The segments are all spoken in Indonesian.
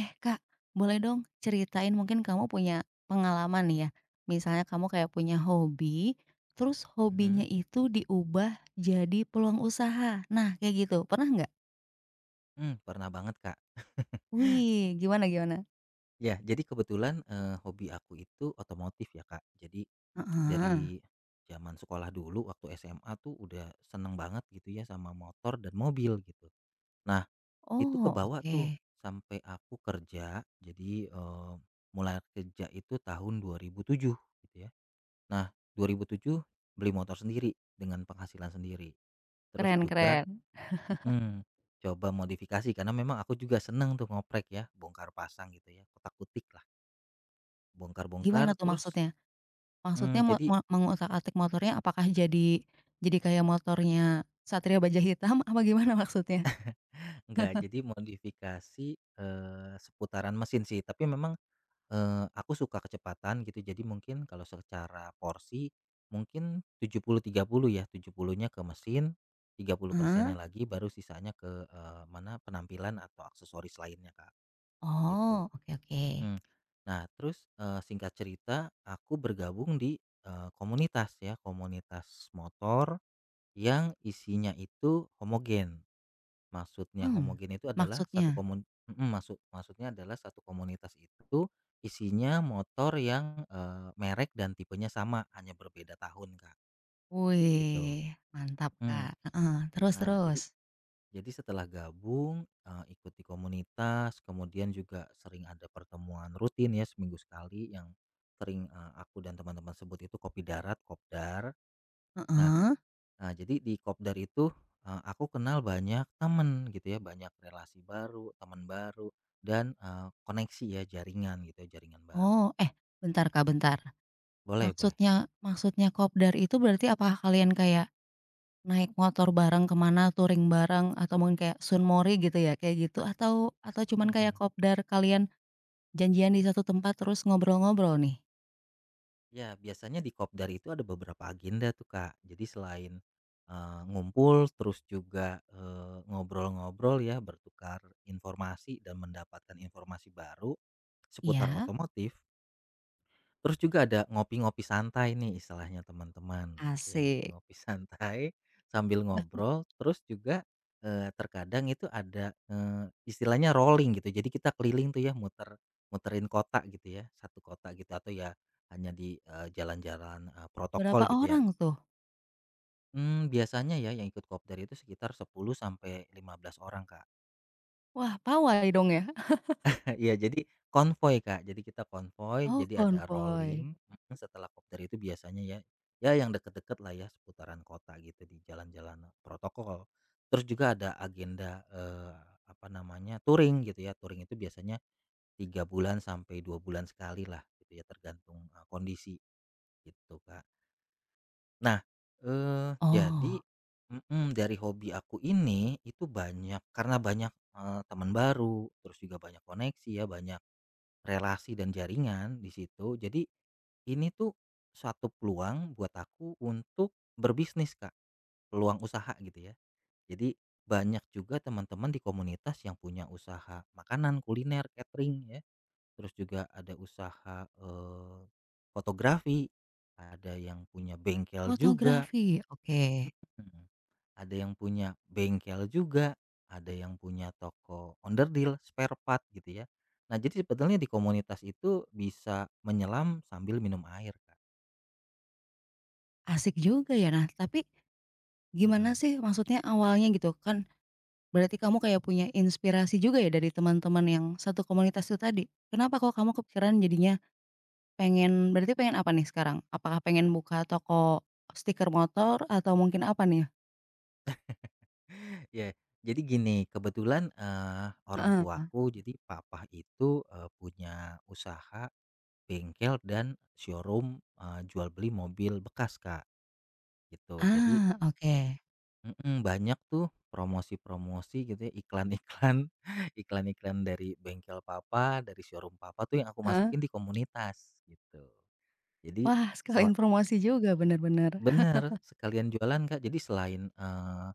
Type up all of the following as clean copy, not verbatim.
Eh Kak, boleh dong ceritain mungkin kamu punya pengalaman nih ya, misalnya kamu kayak punya hobi, terus hobinya Mhm. itu diubah jadi peluang usaha. Nah kayak gitu, pernah nggak? Pernah banget, Kak. Wih, gimana gimana? Ya, jadi kebetulan, hobi aku itu otomotif ya, Kak. Jadi Heeh. dari zaman sekolah dulu waktu SMA tuh udah seneng banget gitu ya sama motor dan mobil gitu. Nah, itu Oh kebawa oke, tuh sampai aku kerja. Jadi, mulai kerja itu tahun 2007 gitu ya. Nah, 2007 beli motor sendiri dengan penghasilan sendiri. Terus keren juga, keren. Mhm, coba modifikasi karena memang aku juga seneng tuh ngoprek ya, bongkar pasang gitu ya, kotak kutik lah, bongkar-bongkar Gimana tuh terus, maksudnya? Maksudnya mo jadi mo mengutak-atik motornya apakah jadi kayak motornya Satria Baja Hitam apa gimana maksudnya? nggak jadi modifikasi, seputaran mesin sih, tapi memang, aku suka kecepatan gitu, jadi mungkin kalau secara porsi mungkin tujuh puluh tiga puluh ya, 70-nya ke mesin, tiga puluh persennya Heeh. lagi baru sisanya ke, mana, penampilan atau aksesoris lainnya, Kak, gitu. Oh, oke oke. Mmm. Nah terus, singkat cerita aku bergabung di, komunitas ya, komunitas motor yang isinya itu homogen. Maksudnya Mmm, homogen itu adalah maksudnya? Maksudnya adalah satu komunitas itu isinya motor yang, merek dan tipenya sama, hanya berbeda tahun, Kak, gitu. Wih, mantap, Mhm. Kak, heeh, terus Nah, jadi terus? Jadi setelah gabung, ikuti komunitas, kemudian juga sering ada pertemuan rutin ya seminggu sekali yang sering, aku dan teman-teman sebut itu kopi darat, kopdar. Nah, Heeh, jadi di kopdar itu, aku kenal banyak teman gitu ya, banyak relasi baru, teman baru, dan, koneksi ya, jaringan gitu ya, jaringan oh, baru. eh, bentar, Kak, bentar, Boleh, boleh. maksudnya maksudnya kopdar itu berarti apa kalian kayak naik motor bareng kemana? Touring bareng, atau mungkin kayak sunmori gitu ya, kayak gitu, atau cuman kayak kopdar kalian janjian di satu tempat terus ngobrol-ngobrol nih? Ya, biasanya di Kopdar itu ada beberapa agenda tuh, Kak. Jadi selain, ngumpul terus juga, ngobrol-ngobrol ya, bertukar informasi dan mendapatkan informasi baru seputar Iya? otomotif. Terus juga ada ngopi-ngopi santai nih istilahnya teman-teman gitu ya, Asik. ngopi-ngopi santai sambil ngobrol, terus juga, terkadang itu ada, istilahnya rolling gitu, jadi kita keliling tuh ya muter muterin kota gitu ya, satu kota gitu atau ya hanya di, jalan-jalan, Berapa protokol gitu ya. orang tuh? Biasanya ya yang ikut kopdar itu sekitar 10 sampai 15 orang, Kak. Wah, pawai dong ya? Eh, iya, jadi konvoy, Kak. Jadi kita konvoy, Oh, jadi ada konvoy. rolling, setelah kopdar itu biasanya ya, ya yang deket-deket lah ya, seputaran kota gitu di jalan-jalan protokol. Terus juga ada agenda, apa namanya, touring gitu ya, touring itu biasanya 3 bulan sampai 2 bulan sekali lah gitu ya, tergantung, kondisi gitu, Kak. Nah, jadi, Oh, mhm, dari hobi aku ini, itu banyak karena banyak, teman baru, terus juga banyak koneksi ya, banyak relasi dan jaringan di situ. Jadi ini tuh suatu peluang buat aku untuk berbisnis, Kak, peluang usaha gitu ya. Jadi banyak juga teman-teman di komunitas yang punya usaha makanan, kuliner, catering ya. Terus juga ada usaha, fotografi, ada yang punya bengkel juga. fotografi, oke, Mhm. Ada yang punya bengkel juga, ada yang punya toko onderdil, spare part gitu ya. Nah, jadi sebetulnya di komunitas itu bisa menyelam sambil minum air, Kak. asik juga ya. Nah, tapi Mhm. gimana sih maksudnya awalnya gitu? Kan berarti kamu kayak punya inspirasi juga ya dari teman-teman yang satu komunitas itu tadi? Kenapa kok kamu kepikiran jadinya pengen berarti pengen apa nih sekarang? Apakah pengen buka toko stiker motor atau mungkin apa nih? Ya, jadi gini, kebetulan, orang Heeh. tuaku jadi papa itu, punya usaha bengkel dan showroom, jual beli mobil bekas, Kak, gitu. Jadi, Ah, oke. Mhm, banyak tuh promosi-promosi gitu ya, iklan-iklan, iklan-iklan dari bengkel papa, dari showroom papa tuh yang aku Heeh. masukin di komunitas gitu. Jadi Wah, sela sekalian promosi juga bener-bener. bener, sekalian jualan, Kak. Jadi selain,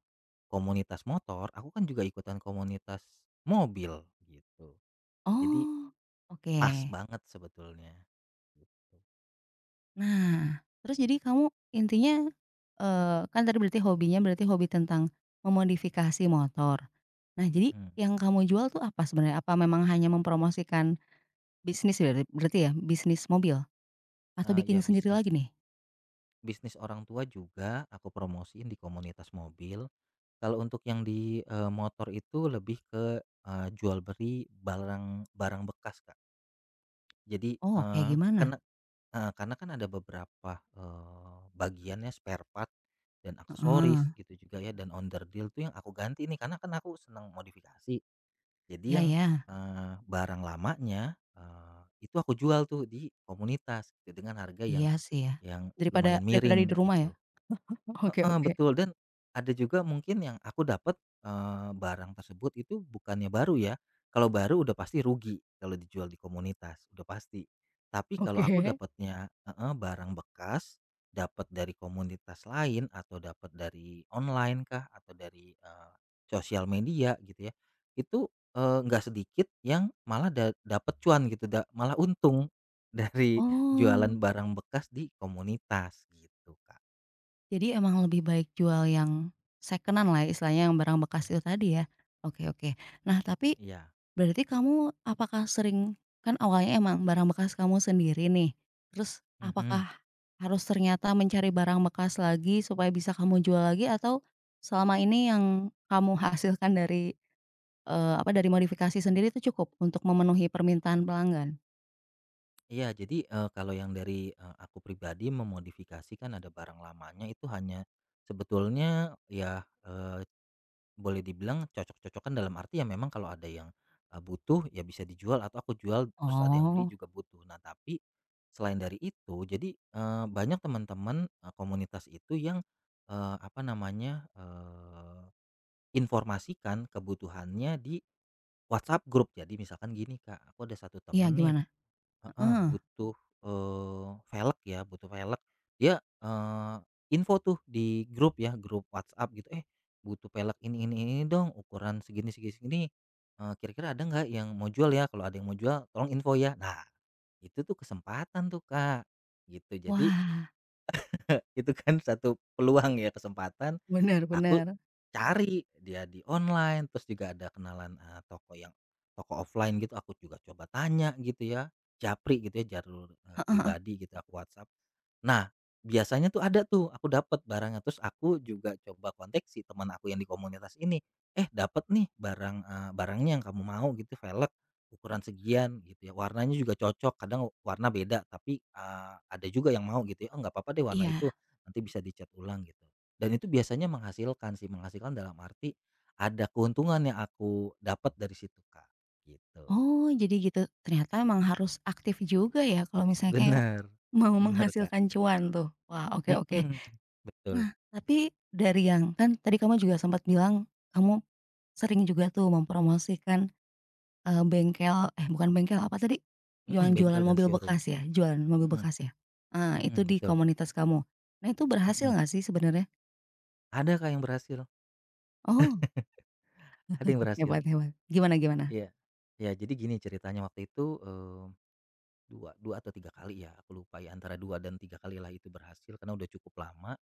komunitas motor, aku kan juga ikutan komunitas mobil gitu. Jadi Oh, oke. pas banget sebetulnya gitu. Nah, terus jadi kamu intinya, kan tadi berarti hobinya berarti hobi tentang memodifikasi motor. Nah, jadi Mhm, yang kamu jual tuh apa sebenarnya? Apa memang hanya mempromosikan bisnis berarti berarti ya, bisnis mobil? Atau bikin ya sendiri bisnis lagi nih? Bisnis orang tua juga aku promosiin di komunitas mobil. Kalau untuk yang di, motor itu lebih ke, jual beli barang barang bekas, Kak. Jadi, Oh, kayak gimana? karena heeh, karena kan ada beberapa, bagian ya spare part dan Heeh. aksesoris gitu juga ya dan under deal tuh yang aku ganti nih karena kan aku senang modifikasi. Jadi Iya yang, ya. Barang lamanya, itu aku jual tuh di komunitas gitu dengan harga Iya yang sih ya. yang Daripada lumayan daripada di miring rumah ya? gitu. Oke Heeh, oke. betul, dan ada juga mungkin yang aku dapat, barang tersebut itu bukannya baru ya, kalau baru udah pasti rugi kalau dijual di komunitas, udah pasti. Tapi kalau Oke. aku dapatnya, heeh, barang bekas, dapat dari komunitas lain atau dapat dari online kah atau dari, sosial media gitu ya, itu, nggak sedikit yang malah dapat cuan gitu, malah untung dari jualan Oh, barang bekas di komunitas gitu, Kak. jadi emang lebih baik jual yang secondan an lah ya, istilahnya yang barang bekas itu tadi ya? Oke oke. Nah, tapi Iya. berarti kamu apakah sering kan awalnya emang barang bekas kamu sendiri nih, terus Mhm. apakah harus ternyata mencari barang bekas lagi supaya bisa kamu jual lagi atau selama ini yang kamu hasilkan dari, apa, dari modifikasi sendiri itu cukup untuk memenuhi permintaan pelanggan? Iya, jadi, kalau yang dari, aku pribadi memodifikasi kan ada barang lamanya itu hanya sebetulnya ya, boleh dibilang cocok-cocokan dalam arti ya memang kalau ada yang, butuh ya bisa dijual atau aku jual terus ada yang beli Oh, juga butuh. Nah tapi selain dari itu jadi, banyak teman-teman, komunitas itu yang, apa namanya, informasikan kebutuhannya di WhatsApp grup. Jadi misalkan gini, Kak, aku ada satu iya temen nih. gimana? Heeh, Heeh. butuh, velg ya, butuh velg. Dia, info tuh di grup ya, grup WhatsApp gitu, "Eh, butuh velg ini dong, ukuran segini segini segini, kira-kira ada nggak yang mau jual ya? Kalau ada yang mau jual tolong info ya." Nah, itu tuh kesempatan tuh, Kak, gitu. Jadi Wah, itu kan satu peluang ya, kesempatan. Aku benar-benar. cari dia di online, terus juga ada kenalan, toko yang toko offline gitu, aku juga coba tanya gitu ya, japri gitu ya, jalur, pribadi gitu, aku WhatsApp. Nah, biasanya tuh ada tuh, aku dapat barangnya, terus aku juga coba kontak si teman aku yang di komunitas ini, "Eh, dapat nih barang, barangnya yang kamu mau gitu, velg ukuran sekian," gitu ya, "warnanya juga cocok." Kadang warna beda, tapi, ada juga yang mau gitu ya, "Oh, nggak apa-apa deh warna Iya. itu, nanti bisa dicat ulang," gitu. Dan itu biasanya menghasilkan sih, menghasilkan dalam arti ada keuntungan yang aku dapat dari situ, Kak, gitu. Oh, jadi gitu. Ternyata emang harus aktif juga ya kalau misalnya kayak Bener, mau bener, Kak. menghasilkan cuan tuh. Wah, oke oke. Mhm, betul. Nah, tapi dari yang kan tadi kamu juga sempat bilang, kamu sering juga tuh mempromosikan, bengkel eh, bukan bengkel, apa tadi? Mhm, Yang jualan bengkel dan mobil showroom, bekas ya? Jualan mobil mhm. bekas ya? Ah, Mhm, itu di betul, komunitas kamu. Nah, itu berhasil mhm. nggak sih sebenarnya? Ada, Kak, yang berhasil, Oh, ada yang berhasil, hebat hebat. Gimana gimana? iya. Iya, jadi gini ceritanya waktu itu, 2 2 atau 3 kali ya, aku lupa ya, antara dua dan tiga kali lah itu berhasil karena udah cukup lama.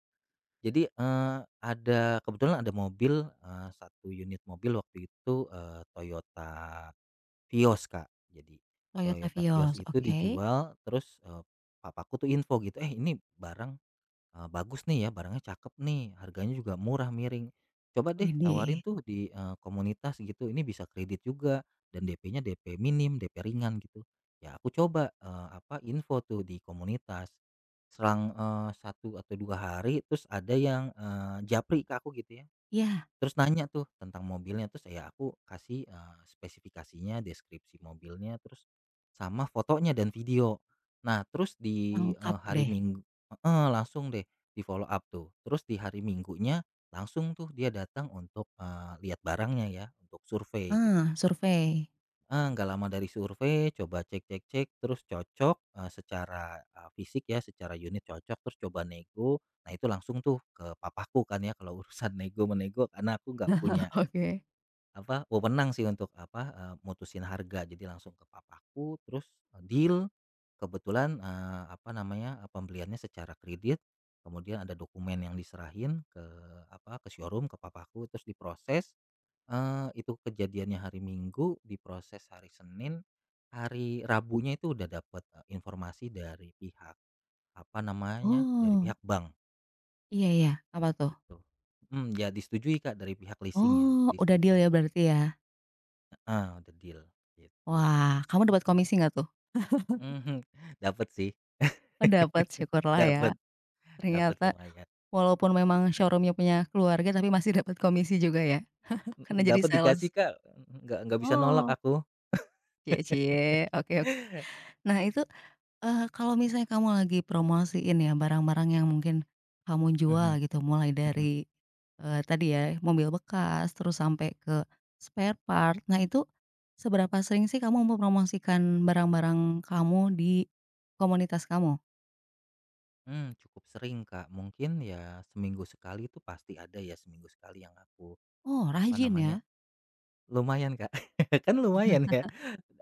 Jadi, ada kebetulan ada mobil, 1 unit mobil waktu itu, Toyota Vios, Kak. Jadi Toyota Toyota Vios Vios, itu oke. dijual terus, papaku tuh info gitu, "Eh, ini barang, bagus nih ya, barangnya cakep nih, harganya juga murah, miring. Coba deh tawarin Widih. tuh di, komunitas gitu, ini bisa kredit juga dan DP-nya DP minim, DP ringan gitu." Ya aku coba, apa, info tuh di komunitas. Selang, 1 atau 2 hari terus ada yang, japri ke aku gitu ya. Ya Terus nanya tuh tentang mobilnya, terus ya aku kasih, spesifikasinya, deskripsi mobilnya, terus sama fotonya dan video. Nah terus di, lengkap hari deh. Minggu, heeh, langsung deh di-follow up tuh. Terus di hari Minggunya langsung tuh dia datang untuk, lihat barangnya ya, untuk survei gitu ya. Ah, survei. Heeh, nggak lama dari survei, coba cek-cek-cek, terus cocok, secara, fisik ya, secara unit cocok, terus coba nego. Nah itu langsung tuh ke papaku kan ya, kalau urusan nego-menego karena aku nggak punya Oke. apa, wewenang sih untuk apa, mutusin harga. Jadi langsung ke papaku terus, deal, kebetulan, apa namanya, pembeliannya secara kredit, kemudian ada dokumen yang diserahin ke apa, ke showroom, ke papaku, terus diproses, itu kejadiannya hari Minggu, diproses hari Senin, hari Rabunya itu udah dapat informasi dari pihak apa namanya, dari Oh, pihak bank iya iya, apa tuh? gitu. Mhm, ya disetujui, Kak, dari pihak leasing ya, Oh, udah deal ya disetujui. berarti ya? Ah, udah deal gitu. Wah, kamu dapat komisi nggak tuh? Mhm, dapat sih. Oh dapat, syukurlah ya. Dapat, dapat Ternyata lumayan. walaupun memang showroom-nya punya keluarga, tapi masih dapat komisi juga ya, karena Mhm, jadi dapet dikasih, sales. Kak, mhm, nggak bisa nolak Oh, aku. cie cie, oke oke. Nah itu, kalau misalnya kamu lagi promosiin ya barang-barang yang mungkin kamu Mhm, jual gitu, mulai mhm. dari, tadi ya mobil bekas, terus sampai ke spare part. Nah itu seberapa sering sih kamu mempromosikan barang-barang kamu di komunitas kamu? Cukup sering, Kak, mungkin ya seminggu sekali itu pasti ada ya, seminggu sekali yang aku, Oh apa rajin namanya. ya? Lumayan, Kak. Kan lumayan ya,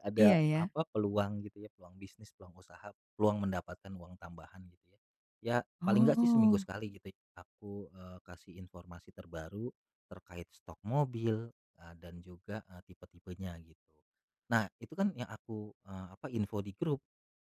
ada Iya ya. apa, peluang gitu ya, peluang bisnis, peluang usaha, peluang mendapatkan uang tambahan gitu ya. Ya paling nggak sih seminggu Oh. sekali gitu ya, aku, kasih informasi terbaru terkait stok mobil, dan juga, tipe-tipenya gitu. Nah itu kan yang aku, apa, info di grup.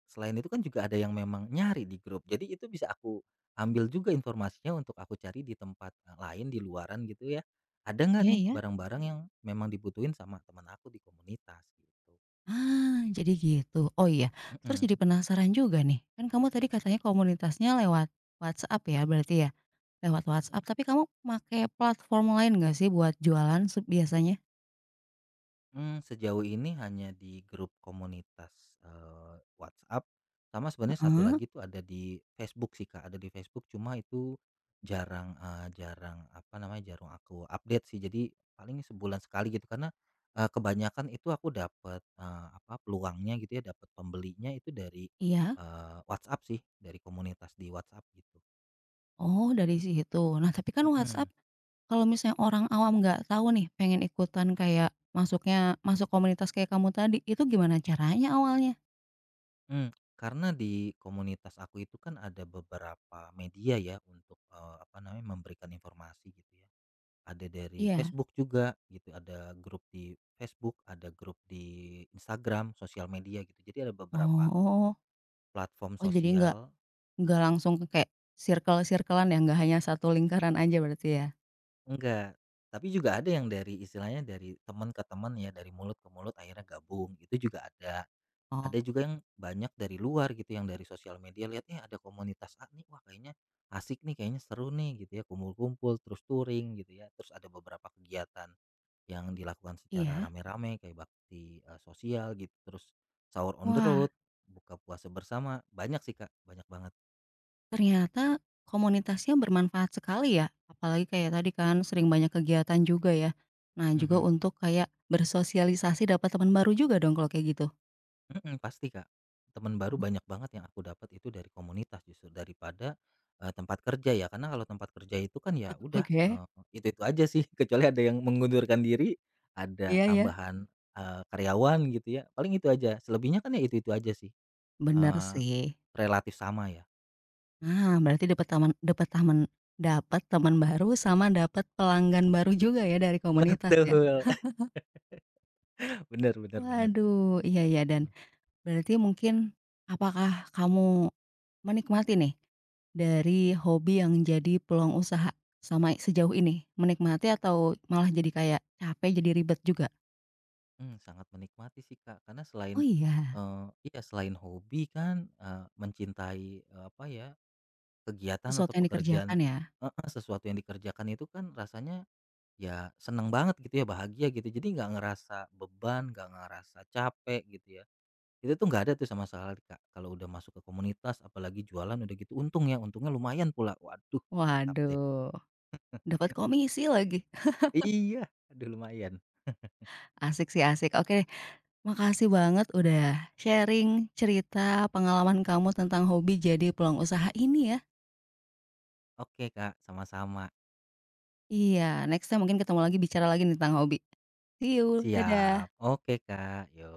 Selain itu kan juga ada yang memang nyari di grup, jadi itu bisa aku ambil juga informasinya untuk aku cari di tempat, lain di luaran gitu ya, ada nggak Iya nih iya. barang-barang yang memang dibutuhin sama teman aku di komunitas gitu? Ah, jadi gitu. Oh iya, terus Mhm. jadi penasaran juga nih, kan kamu tadi katanya komunitasnya lewat WhatsApp ya berarti ya? Lewat WhatsApp, tapi kamu pakai platform lain nggak sih buat jualan biasanya? Sejauh ini hanya di grup komunitas, WhatsApp, sama sebenarnya satu Heeh, lagi tuh ada di Facebook sih, Kak, ada di Facebook cuma itu jarang, jarang apa namanya, jarang aku update sih. Jadi paling sebulan sekali gitu karena, kebanyakan itu aku dapat, apa, peluangnya gitu ya, dapat pembelinya itu dari, iya? WhatsApp sih, dari komunitas di WhatsApp gitu. Oh dari situ. Nah tapi kan WhatsApp Mhm. kalau misalnya orang awam nggak tahu nih pengen ikutan kayak masuk komunitas kayak kamu tadi, itu gimana caranya awalnya? Karena di komunitas aku itu kan ada beberapa media ya untuk, apa namanya, memberikan informasi gitu ya. Ada dari Iya? Facebook juga gitu, ada grup di Facebook, ada grup di Instagram, sosial media gitu. Jadi ada Oh. beberapa Oh. platform Oh, jadi sosial. nggak langsung ke kayak circle-circle-an ya, nggak hanya satu lingkaran aja berarti ya? Enggak, tapi juga ada yang dari istilahnya dari teman ke teman ya, dari mulut ke mulut akhirnya gabung, itu juga ada. Oh, Ada juga yang banyak dari luar gitu, yang dari sosial media lihat, "Eh, ada komunitas A nih, wah kayaknya asik nih, kayaknya seru nih," gitu ya, kumpul-kumpul, terus touring gitu ya. Terus ada beberapa kegiatan yang dilakukan secara iya. rame-rame kayak bakti, sosial gitu, terus sahur on the Wah, road, buka puasa bersama, banyak sih, Kak, banyak banget. ternyata komunitasnya bermanfaat sekali ya, apalagi kayak tadi kan sering banyak kegiatan juga ya. Nah juga Mhm. untuk kayak bersosialisasi dapat teman baru juga dong kalau kayak gitu? Mhm, pasti, Kak. Teman baru Mhm. banyak banget yang aku dapat itu dari komunitas justru daripada, tempat kerja ya. Karena kalau tempat kerja itu kan ya udah, Oke, itu-itu aja sih kecuali ada yang mengundurkan diri, ada iya ya, tambahan, karyawan gitu ya, paling itu aja. Selebihnya kan ya itu-itu aja sih, bener eee, sih. relatif sama ya. Nah berarti dapat teman baru sama dapat pelanggan baru juga ya dari komunitas ya? Betul. Bener bener banget. Waduh, iya iya dan Mhm. berarti mungkin, apakah kamu menikmati nih, dari hobi yang jadi peluang usaha sama sejauh ini? Menikmati atau malah jadi kayak capek, jadi ribet juga? Sangat menikmati sih, Kak, karena selain, Oh iya. eee, iya selain hobi kan, mencintai, apa ya, kegiatan Sesuatu atau yang dikerjakan pekerjaan, ya? heeh, sesuatu yang dikerjakan itu kan rasanya ya seneng banget gitu ya, bahagia gitu. Jadi nggak ngerasa beban, nggak ngerasa capek gitu ya. Itu tuh nggak ada tuh sama sekali, Kak, kalau udah masuk ke komunitas apalagi jualan udah gitu untung ya, untungnya lumayan pula. Waduh, mantap deh. Waduh, dapat komisi lagi. Iya, aduh, lumayan. Asik sih asik. Oke deh, makasih banget udah sharing cerita pengalaman kamu tentang hobi jadi peluang usaha ini ya. Oke, Kak, sama-sama. Iya, next time mungkin ketemu lagi bicara lagi nih tentang hobi. See you, Siap. dadah. Oke, Kak, yo.